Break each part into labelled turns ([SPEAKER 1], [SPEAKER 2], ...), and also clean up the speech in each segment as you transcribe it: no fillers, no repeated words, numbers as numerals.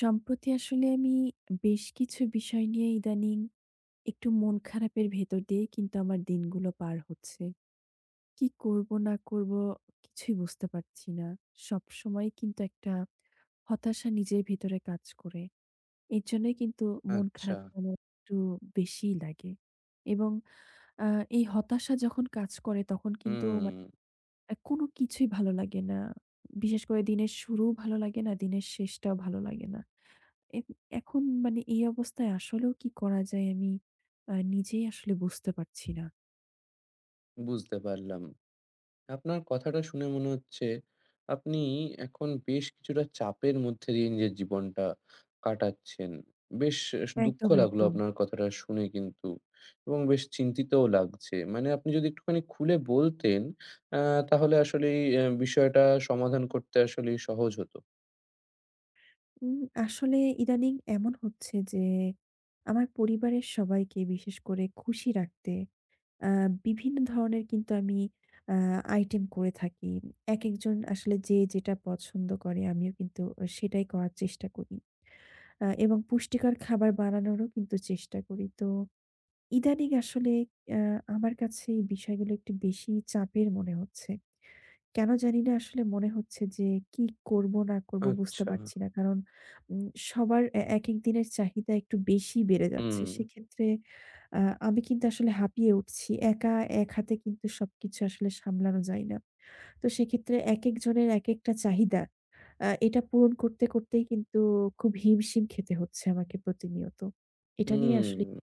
[SPEAKER 1] সম্প্রতি আসলে আমি বেশ কিছু বিষয় নিয়ে ইদানিং একটু মন খারাপের ভেতর দিয়ে কিন্তু আমার দিনগুলো পার হচ্ছে। কি করব না করব কিছুই বুঝতে পারছি না। সবসময় কিন্তু একটা হতাশা নিজের ভিতরে কাজ করে। এর জন্যই কিন্তু মন
[SPEAKER 2] আচ্ছা,
[SPEAKER 1] খারাপ আমার একটু বেশিই লাগে। এবং আ এই হতাশা যখন কাজ করে তখন কিন্তু মা
[SPEAKER 2] হুম,
[SPEAKER 1] আ কোনো কিছুই ভালো লাগে না। বিশেষ করে দিনের শুরুও ভালো লাগে না, দিনের শেষটাও ভালো লাগে না। এ এখন মানে এই অবস্থায় আসলেও কি করা যায় আমি নিজেই আসলে বুঝতে পারছি না।
[SPEAKER 2] বুঝতে পারলাম। আপনার কথাটা শুনে মনে হচ্ছে আপনি এখন বেশ কিছুটা চাপের মধ্যে দিয়ে নিজের জীবনটা কাটাচ্ছেন। বেশ দুঃখ
[SPEAKER 1] একদম,
[SPEAKER 2] লাগলো
[SPEAKER 1] একদম।
[SPEAKER 2] আপনার কথাটা শুনে কিন্তু, এবং বেশ চিন্তিতও লাগছে। মানে আপনি যদি একটুখানি খুলে বলতেন, আ তাহলে আসলেই বিষয়টা সমাধান করতে আসলেই সহজ হতো।
[SPEAKER 1] উম আসলে ইদানিং এমন হচ্ছে যে আমার পরিবারের সবাইকে বিশেষ করে খুশি রাখতে আ বিভিন্ন ধরনের কিন্তু আমি আ আইটেম করে থাকি। একেকজন আসলে যে যেটা পছন্দ করে আমিও কিন্তু সেটাই করার চেষ্টা করি। এবং পুষ্টিকর খাবার বানানোরও কিন্তু চেষ্টা করি। তো ইদানিং আসলে অ্যা আমার কাছে এই বিষয়গুলো একটু বেশি চাপের মনে হচ্ছে। কেন জানি না আসলে মনে হচ্ছে যে কি করব না করব বুঝতে
[SPEAKER 2] আচ্ছা,
[SPEAKER 1] পারছি না। কারণ সবার একেক দিনের চাহিদা একটু বেশি বেড়ে যাচ্ছে।
[SPEAKER 2] হুম,
[SPEAKER 1] সেক্ষেত্রে আ আমি কিন্তু আসলে হাঁপিয়ে উঠছি। একা এক হাতে কিন্তু সবকিছু আসলে সামলানো যায় না। তো সেক্ষেত্রে একেকজনের একেকটা চাহিদা এটা পূরণ করতে, করতেই কিন্তু খুব হিমশিম খেতে হচ্ছে আমাকে প্রতিনিয়ত। এটা নিয়ে আসলে
[SPEAKER 2] হুম,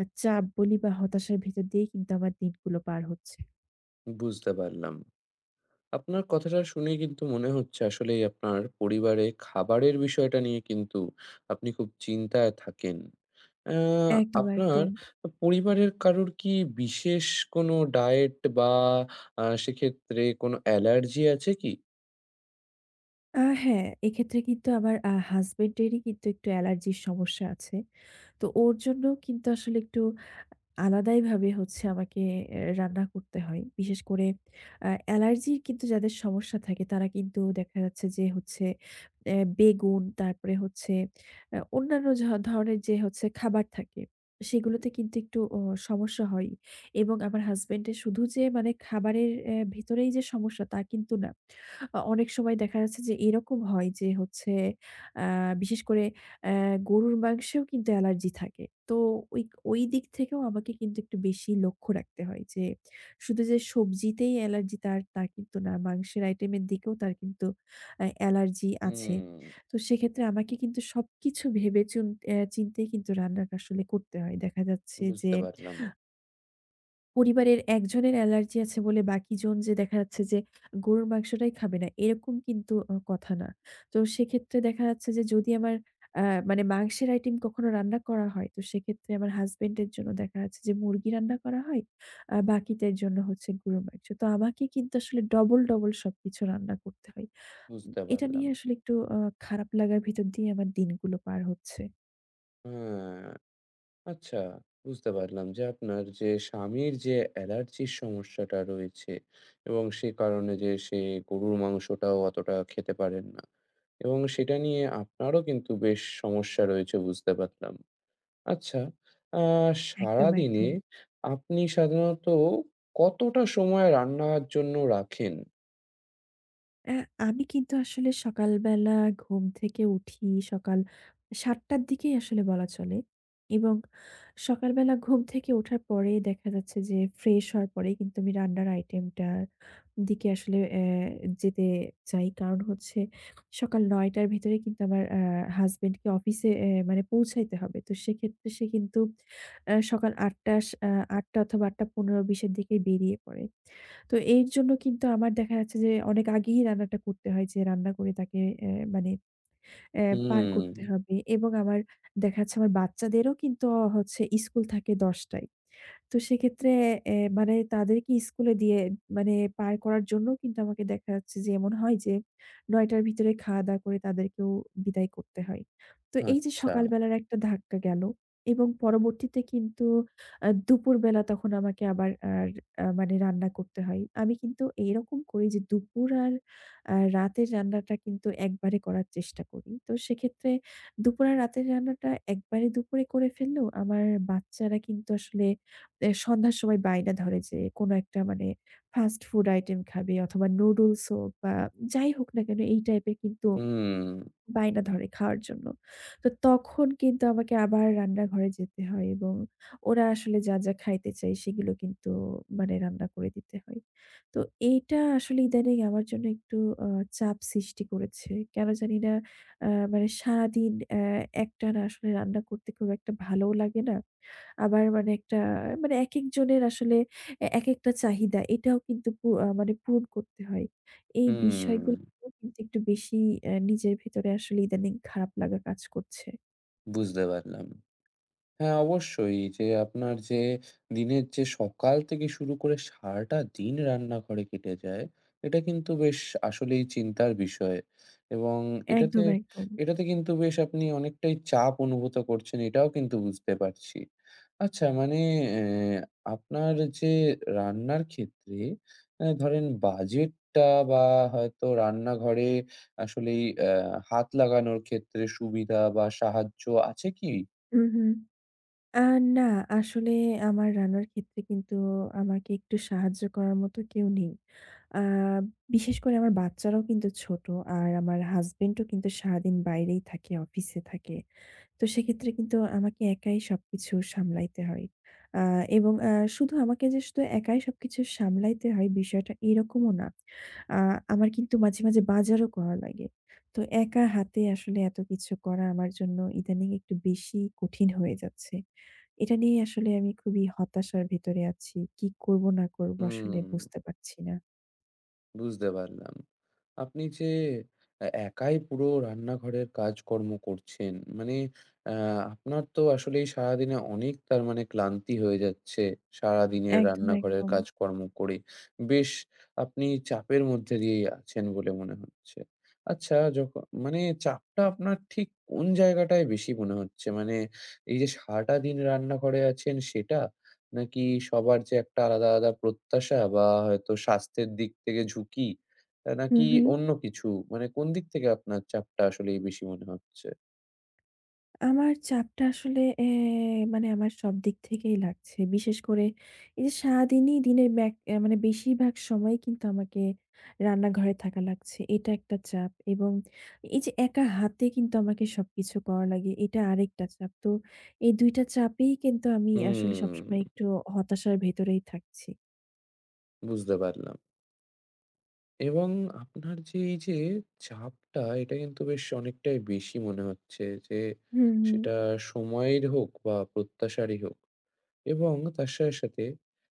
[SPEAKER 1] চাপ বলি বা হতাশার ভেতর দিয়েই কিন্তু আমার দিনগুলো পার হচ্ছে।
[SPEAKER 2] বুঝতে পারলাম। আপনার কথাটা শুনে কিন্তু মনে হচ্ছে আসলেই আপনার পরিবারে খাবারের বিষয়টা নিয়ে কিন্তু আপনি খুব চিন্তায় থাকেন। আ
[SPEAKER 1] একদম,
[SPEAKER 2] আপনার
[SPEAKER 1] একদম।
[SPEAKER 2] পরিবারের কারোর কি বিশেষ কোনো ডায়েট বা সেক্ষেত্রে কোনো অ্যালার্জি আছে কি?
[SPEAKER 1] হ্যাঁ, এক্ষেত্রে কিন্তু আমার হাসব্যান্ডেরই কিন্তু একটু অ্যালার্জির সমস্যা আছে। তো ওর জন্যও কিন্তু আসলে একটু আলাদাইভাবে হচ্ছে আমাকে রান্না করতে হয়। বিশেষ করে অ্যালার্জির কিন্তু যাদের সমস্যা থাকে তারা কিন্তু দেখা যাচ্ছে যে হচ্ছে বেগুন, তারপরে হচ্ছে অন্যান্য ধরনের যে হচ্ছে খাবার থাকে, সেগুলোতে কিন্তু একটু সমস্যা হয়। এবং আমার হাসব্যান্ডের শুধু যে মানে খাবারের ভেতরেই যে সমস্যা তা কিন্তু না। অনেক সময় দেখা যাচ্ছে যে এরকম হয় যে হচ্ছে আ বিশেষ করে অ্যা গরুর মাংসেও কিন্তু অ্যালার্জি থাকে। তো ওই ওই দিক থেকেও আমাকে কিন্তু একটু বেশি লক্ষ্য রাখতে হয় যে, শুধু যে সবজিতেই অ্যালার্জি তার, তা কিন্তু না। মাংসের আইটেমের দিকেও তার কিন্তু অ্যালার্জি আছে।
[SPEAKER 2] হুম,
[SPEAKER 1] তো সেক্ষেত্রে আমাকে কিন্তু সবকিছু ভেবে চুন অ্যা চিন্তেই কিন্তু রান্নাটা আসলে করতে হয়। দেখা যাচ্ছে যে
[SPEAKER 2] বুঝতে পারলাম,
[SPEAKER 1] পরিবারের একজনের অ্যালার্জি আছে বলে বাকিজন যে দেখা যাচ্ছে যে গরুর মাংসটাই খাবে না, এরকম কিন্তু কথা না। তো সেক্ষেত্রে দেখা যাচ্ছে যে যদি আমার আ মানে মাংসের আইটেম কখনো রান্না করা হয়, তো সেক্ষেত্রে আমার হাসব্যান্ডের জন্য দেখা যাচ্ছে যে মুরগি রান্না করা হয়, বাকিদের জন্য হচ্ছে গরুর মাংস। তো আমাকে কিন্তু আসলে ডবল, ডবল সবকিছু রান্না করতে হয়।
[SPEAKER 2] বুঝতে
[SPEAKER 1] এটা
[SPEAKER 2] পারলাম।
[SPEAKER 1] নিয়ে আসলে একটু খারাপ লাগার ভিতর দিয়ে আমার দিনগুলো পার হচ্ছে।
[SPEAKER 2] হ্যাঁ। আচ্ছা, বুঝতে পারলাম যে আপনার যে স্বামীর যে অ্যালার্জির সমস্যাটা রয়েছে, এবং সে কারণে যে সে গরুর মাংসটাও অতটা খেতে পারেন না, এবং সেটা নিয়ে আপনারও কিন্তু বেশ সমস্যা রয়েছে বুঝতে পারলাম। আচ্ছা, আ
[SPEAKER 1] একদম,
[SPEAKER 2] সারাদিনে
[SPEAKER 1] একদম।
[SPEAKER 2] আপনি সাধারণত কতটা সময় রান্নার জন্য রাখেন?
[SPEAKER 1] অ্যা আমি কিন্তু আসলে সকালবেলা ঘুম থেকে উঠি সকাল ৭:০০ র দিকেই আসলে বলা চলে। এবং সকালবেলা ঘুম থেকে ওঠার পরে দেখা যাচ্ছে যে ফ্রেশ হওয়ার পরেই কিন্তু আমি রান্নার আইটেমটার দিকে আসলে যেতে চাই। কারণ হচ্ছে সকাল ৯:০০ টার ভেতরে কিন্তু আমার হাসব্যান্ডকে অফিসে মানে পৌঁছাইতে হবে। তো সেক্ষেত্রে সে কিন্তু সকাল ৮:০০ ৮:০০ অথবা ৮:১৫-২০ এর দিকে বেরিয়ে পড়ে। তো এর জন্য কিন্তু আমার দেখা যাচ্ছে যে অনেক আগেই রান্নাটা করতে হয়, যে রান্না করে তাকে মানে পার
[SPEAKER 2] হুম,
[SPEAKER 1] করতে হবে। এবং আমার দেখা যাচ্ছে আমার বাচ্চাদেরও কিন্তু হচ্ছে স্কুল থাকে ১০টায়। তো সেক্ষেত্রে মানে তাদেরকে স্কুলে দিয়ে মানে পার করার জন্য কিন্তু আমাকে দেখা যাচ্ছে যে এমন হয় যে ৯টার ভিতরে খাওয়া-দাওয়া করে তাদেরকেও বিদায় করতে হয়। তো এই যে
[SPEAKER 2] আচ্ছা।
[SPEAKER 1] সকালবেলার একটা ধাক্কা গেল। এবং পরবর্তীতে কিন্তু দুপুরবেলা তখন আমাকে আবার আর মানে রান্না করতে হয়। আমি কিন্তু এইরকম করি যে দুপুর আর রাতের রান্নাটা কিন্তু একবারে করার চেষ্টা করি। তো সেক্ষেত্রে দুপুরে রাতের রান্নাটা একবারে দুপুরে করে ফেললেও আমার বাচ্চারা কিন্তু আসলে সন্ধ্যার সময় বায়না ধরে যে কোনো একটা মানে ফাস্ট ফুড আইটেম খাবে অথবা নুডলস হোক বা যাই হোক না কেন এই টাইপের কিন্তু
[SPEAKER 2] হুম,
[SPEAKER 1] বায়না ধরে খাওয়ার জন্য। তো তখন কিন্তু আমাকে আবার রান্নাঘরে যেতে হয় এবং ওরা আসলে যা, যা খাইতে চায় সেগুলো কিন্তু মানে রান্না করে দিতে হয়। তো এইটা আসলে ইদানিং আমার জন্য একটু আ চাপ সৃষ্টি করেছে। কেন জানি না আ মানে সারাদিন একটানা আসলে রান্না করতে খুব একটা ভালোও লাগে না। আবার মানে একটা মানে একেকজনের আসলে একেকটা চাহিদা এটাও কিন্তু পু আ মানে পূরণ করতে হয়। এই
[SPEAKER 2] হুম,
[SPEAKER 1] বিষয়গুলো কিন্তু একটু বেশি নিজের ভেতরে আসলে ইদানিং খারাপ লাগা কাজ করছে।
[SPEAKER 2] বুঝতে পারলাম। হ্যাঁ, অবশ্যই। যে আপনার যে দিনের, যে সকাল থেকে শুরু করে সারাটা দিন রান্নাঘরে কেটে যায়, এটা কিন্তু বেশ আসলেই চিন্তার বিষয়। এবং এটাতে
[SPEAKER 1] একদম, একদম।
[SPEAKER 2] এটাতে কিন্তু বেশ আপনি অনেকটাই চাপ অনুভূত করছেন, এটাও কিন্তু বুঝতে পারছি। আচ্ছা, মানে অ্যা আপনার যে রান্নার ক্ষেত্রে ধরেন বাজেটটা বা হয়তো রান্নাঘরে আসলেই হাত লাগানোর ক্ষেত্রে সুবিধা বা সাহায্য আছে কি?
[SPEAKER 1] হুম, হুম। আ না, আসলে আমার রান্নার ক্ষেত্রে কিন্তু আমাকে একটু সাহায্য করার মতো কেউ নেই। আ বিশেষ করে আমার বাচ্চারাও কিন্তু ছোট। আর আমার হাসব্যান্ডও কিন্তু সারাদিন বাইরেই থাকে, অফিসে থাকে। তো সেক্ষেত্রে কিন্তু আমাকে একাই সবকিছু সামলাইতে হয়। আ এবং শুধু আমাকে যে শুধু একাই সবকিছু সামলাইতে হয়, বিষয়টা এরকমও না। আ আমার কিন্তু মাঝে, মাঝে বাজারও করা লাগে। তো একা হাতে আসলে এত কিছু করা আমার জন্য ইদানিং একটু বেশি কঠিন হয়ে যাচ্ছে। এটা নিয়ে আসলে আমি খুবই হতাশার ভেতরে আছি। কি করব না করব আসলে
[SPEAKER 2] হুম।
[SPEAKER 1] বুঝতে পারছি না।
[SPEAKER 2] বুঝতে পারলাম। আপনি যে একাই পুরো রান্নাঘরের কাজকর্ম করছেন, মানে আ আপনার তো আসলেই সারাদিনে অনেক, তার মানে ক্লান্তি হয়ে যাচ্ছে, সারাদিনের
[SPEAKER 1] একদম,
[SPEAKER 2] রান্নাঘরের
[SPEAKER 1] একদম।
[SPEAKER 2] কাজকর্ম করে। বেশ আপনি চাপের মধ্যে দিয়েই আছেন বলে মনে হচ্ছে। আচ্ছা, মানে চাপটা আপনার ঠিক কোন জায়গাটায় বেশি মনে হচ্ছে? মানে এই যে সারাটা দিন রান্নাঘরে আছেন সেটা? নাকি সবার যে একটা আলাদা, আলাদা প্রত্যাশা, বা হয়তো স্বাস্থ্যের দিক থেকে ঝুঁকি,
[SPEAKER 1] হু,
[SPEAKER 2] নাকি
[SPEAKER 1] হু।
[SPEAKER 2] অন্য কিছু? মানে কোন দিক থেকে আপনার চাপটা আসলেই বেশি মনে হচ্ছে?
[SPEAKER 1] আমার চাপটা আসলে মানে আমার সব দিক থেকেই লাগছে। বিশেষ করে এই যে সারাদিনই দিনের ব্যাক এ মানে বেশিরভাগ সময় কিন্তু আমাকে রান্নাঘরে থাকা লাগছে। এটা একটা চাপ। এবং এই যে একা হাতে কিন্তু আমাকে সবকিছু করা লাগে, এটা আরেকটা চাপ। তো এই ২টা চাপেই কিন্তু আমি আসলে
[SPEAKER 2] হুম,
[SPEAKER 1] সবসময় একটু হতাশার ভেতরেই থাকছি।
[SPEAKER 2] বুঝতে পারলাম। এবং আপনার যে এই যে চাপটা, এটা কিন্তু বেশ অনেকটাই বেশি মনে হচ্ছে যে,
[SPEAKER 1] হুম, হুম।
[SPEAKER 2] সেটা সময়ের হোক বা প্রত্যাশারই হোক। এবং তার সাথে, সাথে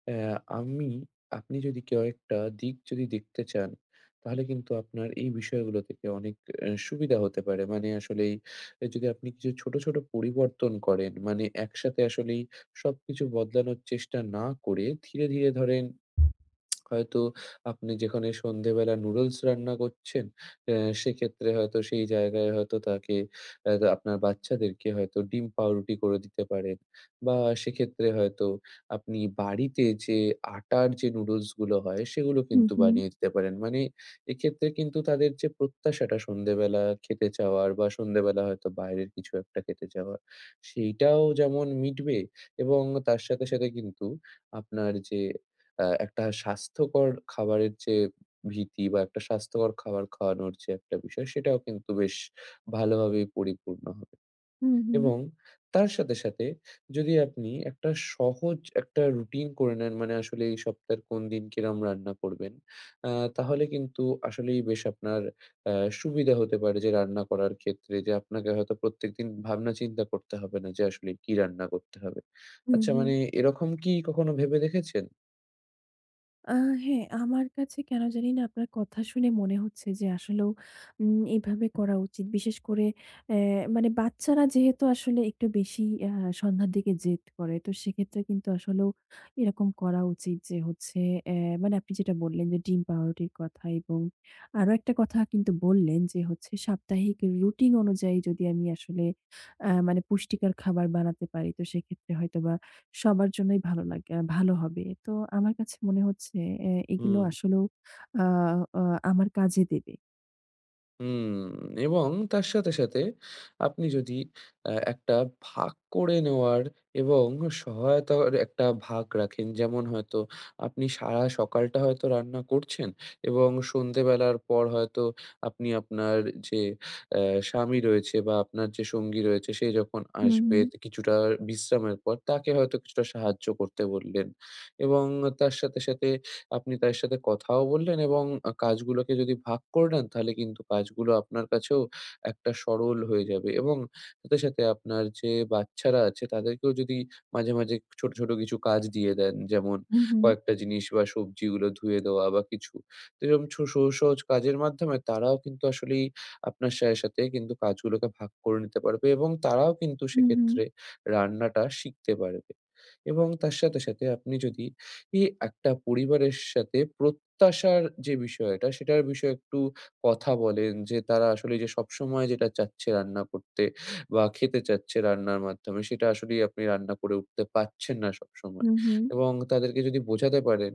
[SPEAKER 2] অ্যা আমি আপনি যদি কেউ একটা দিক যদি দেখতে চান, তাহলে কিন্তু আপনার এই বিষয়গুলো থেকে অনেক সুবিধা হতে পারে। মানে আসলেই যদি আপনি কিছু ছোট, ছোট পরিবর্তন করেন, মানে একসাথে আসলেই সবকিছু বদলানোর চেষ্টা না করে ধীরে, ধীরে ধরেন, হয়তো আপনি যেখানে সন্ধ্যেবেলা নুডলস রান্না করছেন, সেক্ষেত্রে হয়তো সেই জায়গায় হয়তো তাকে অ্যা আপনার বাচ্চাদেরকে হয়তো ডিম পাউরুটি করে দিতে পারেন। বা সেক্ষেত্রে হয়তো আপনি বাড়িতে যে আটার যে নুডলসগুলো হয়, সেগুলো
[SPEAKER 1] হুম,
[SPEAKER 2] কিন্তু
[SPEAKER 1] হুম।
[SPEAKER 2] বানিয়ে দিতে পারেন। মানে এক্ষেত্রে কিন্তু তাদের যে প্রত্যাশাটা সন্ধ্যেবেলা খেতে চাওয়ার, বা সন্ধ্যেবেলা হয়তো বাইরের কিছু একটা খেতে চাওয়ার, সেইটাও যেমন মিটবে, এবং তার সাথে, সাথে কিন্তু আপনার যে একটা স্বাস্থ্যকর খাবারের যে ভীতি, বা একটা স্বাস্থ্যকর খাবার খাওয়ানোর যে একটা বিষয়, সেটাও কিন্তু বেশ ভালোভাবেই পরিপূর্ণ হবে।
[SPEAKER 1] হুম, হুম।
[SPEAKER 2] এবং তার সাথে, সাথে যদি আপনি একটা সহজ একটা রুটিন করে নেন, মানে আসলে এই সপ্তাহের কোন দিন কিরম রান্না করবেন, আ তাহলে কিন্তু আসলেই বেশ আপনার আ সুবিধা হতে পারে, যে রান্না করার ক্ষেত্রে যে আপনাকে হয়তো প্রত্যেকদিন ভাবনা চিন্তা করতে হবে না যে আসলে কি রান্না করতে হবে।
[SPEAKER 1] হুম,
[SPEAKER 2] আচ্ছা,
[SPEAKER 1] হুম।
[SPEAKER 2] মানে এরকম কি কখনো ভেবে দেখেছেন?
[SPEAKER 1] আ হ্যাঁ, আমার কাছে কেন জানি না আপনার কথা শুনে মনে হচ্ছে যে আসলেও এভাবে করা উচিত। বিশেষ করে অ্যা মানে বাচ্চারা যেহেতু আসলে একটু বেশি আ সন্ধ্যার দিকে জেদ করে। তো সেক্ষেত্রে কিন্তু আসলেও এরকম করা উচিত যে হচ্ছে অ্যা মানে আপনি যেটা বললেন যে ডিম পাউরুটির কথা, এবং আরো একটা কথা কিন্তু বললেন যে হচ্ছে সাপ্তাহিক রুটিন অনুযায়ী যদি আমি আসলে মানে পুষ্টিকর খাবার বানাতে পারি তো সেক্ষেত্রে হয়তোবা সবার জন্যই ভালো লাগে ভালো হবে। তো আমার কাছে মনে হচ্ছে এগুলো
[SPEAKER 2] হুম।
[SPEAKER 1] আসলেও আ আ আমার কাজে দেবে।
[SPEAKER 2] হুম এবং তার সাথে, সাথে আপনি যদি একটা ভাগ করে নেওয়ার, এবং সহায়তার একটা ভাগ রাখেন। যেমন হয়তো আপনি সারা সকালটা হয়তো রান্না করছেন, এবং সন্ধ্যেবেলার পর হয়তো আপনি আপনার যে অ্যা স্বামী রয়েছে, বা আপনার যে সঙ্গী রয়েছে, সে যখন আসবে
[SPEAKER 1] হুম,
[SPEAKER 2] কিছুটা বিশ্রামের পর তাকে হয়তো কিছুটা সাহায্য করতে বললেন। এবং তার সাথে, সাথে আপনি তার সাথে কথাও বললেন, এবং কাজগুলোকে যদি ভাগ করে নেন, তাহলে কিন্তু কাজগুলো আপনার কাছেও একটা সরল হয়ে যাবে, এবং সাথে, সাথে আপনার যে বাচ্চারা আছে তাদেরকেও যদি মাঝে, মাঝে ছোট, ছোট কিছু কাজ দিয়ে দেন, যেমন
[SPEAKER 1] হুম, হুম,
[SPEAKER 2] কয়েকটা জিনিস বা সবজিগুলো ধুয়ে দেওয়া বা কিছু। তো এরকম সহজ, সহজ কাজের মাধ্যমে তারাও কিন্তু আসলেই আপনার সাথে কিন্তু কাজগুলোকে ভাগ করে নিতে পারবে, এবং তারাও কিন্তু
[SPEAKER 1] হুম, হুম,
[SPEAKER 2] সেক্ষেত্রে রান্নাটা শিখতে পারবে। এবং তার সাথে, সাথে আপনি যদি কি একটা পরিবারের সাথে প্রত্যাশার যে বিষয়টা, সেটার বিষয়ে একটু কথা বলেন যে, তারা আসলে যে সবসময় যেটা চাচ্ছে রান্না করতে, বা খেতে চাচ্ছে রান্নার মাধ্যমে, সেটা আসলেই আপনি রান্না করে উঠতে পারছেন না সবসময়।
[SPEAKER 1] হুম, হুম,
[SPEAKER 2] এবং তাদেরকে যদি বোঝাতে পারেন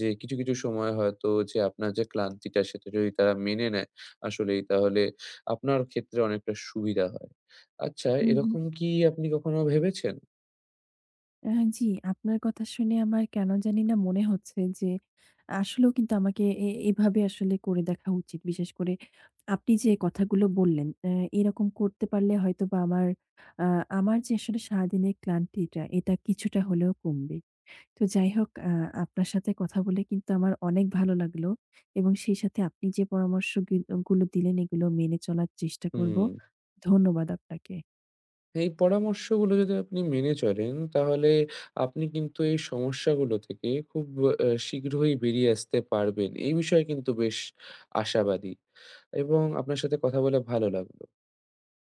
[SPEAKER 2] যে, কিছু, কিছু সময় হয়তো যে আপনার যে ক্লান্তিটা, সেটা যদি তারা মেনে নেয় আসলেই, তাহলে আপনার ক্ষেত্রে অনেকটা সুবিধা হয়। আচ্ছা,
[SPEAKER 1] হুম, হুম।
[SPEAKER 2] এরকম কি আপনি কখনো ভেবেছেন?
[SPEAKER 1] আ জি, আপনার কথা শুনে আমার কেন জানি না মনে হচ্ছে যে আসলেও কিন্তু আমাকে এভাবে আসলে করে দেখা উচিত। বিশেষ করে আপনি যে কথাগুলো বললেন, এরকম করতে পারলে হয়তোবা আ আমার যে আসলে সারাদিনের ক্লান্তিটা এটা কিছুটা হলেও কমবে। তো যাই হোক, আপনার সাথে কথা বলে কিন্তু আমার অনেক ভালো লাগলো এবং সেই সাথে আপনি যে পরামর্শ গুলো দিলেন এগুলো মেনে চলার চেষ্টা করব।
[SPEAKER 2] হুম।
[SPEAKER 1] ধন্যবাদ আপনাকে।
[SPEAKER 2] এই পরামর্শগুলো যদি আপনি মেনে চলেন, তাহলে আপনি কিন্তু এই সমস্যাগুলো থেকে খুব শীঘ্রই বেরিয়ে আসতে পারবেন। এই বিষয়ে কিন্তু বেশ আশাবাদী, এবং আপনার সাথে কথা বলে ভালো লাগলো।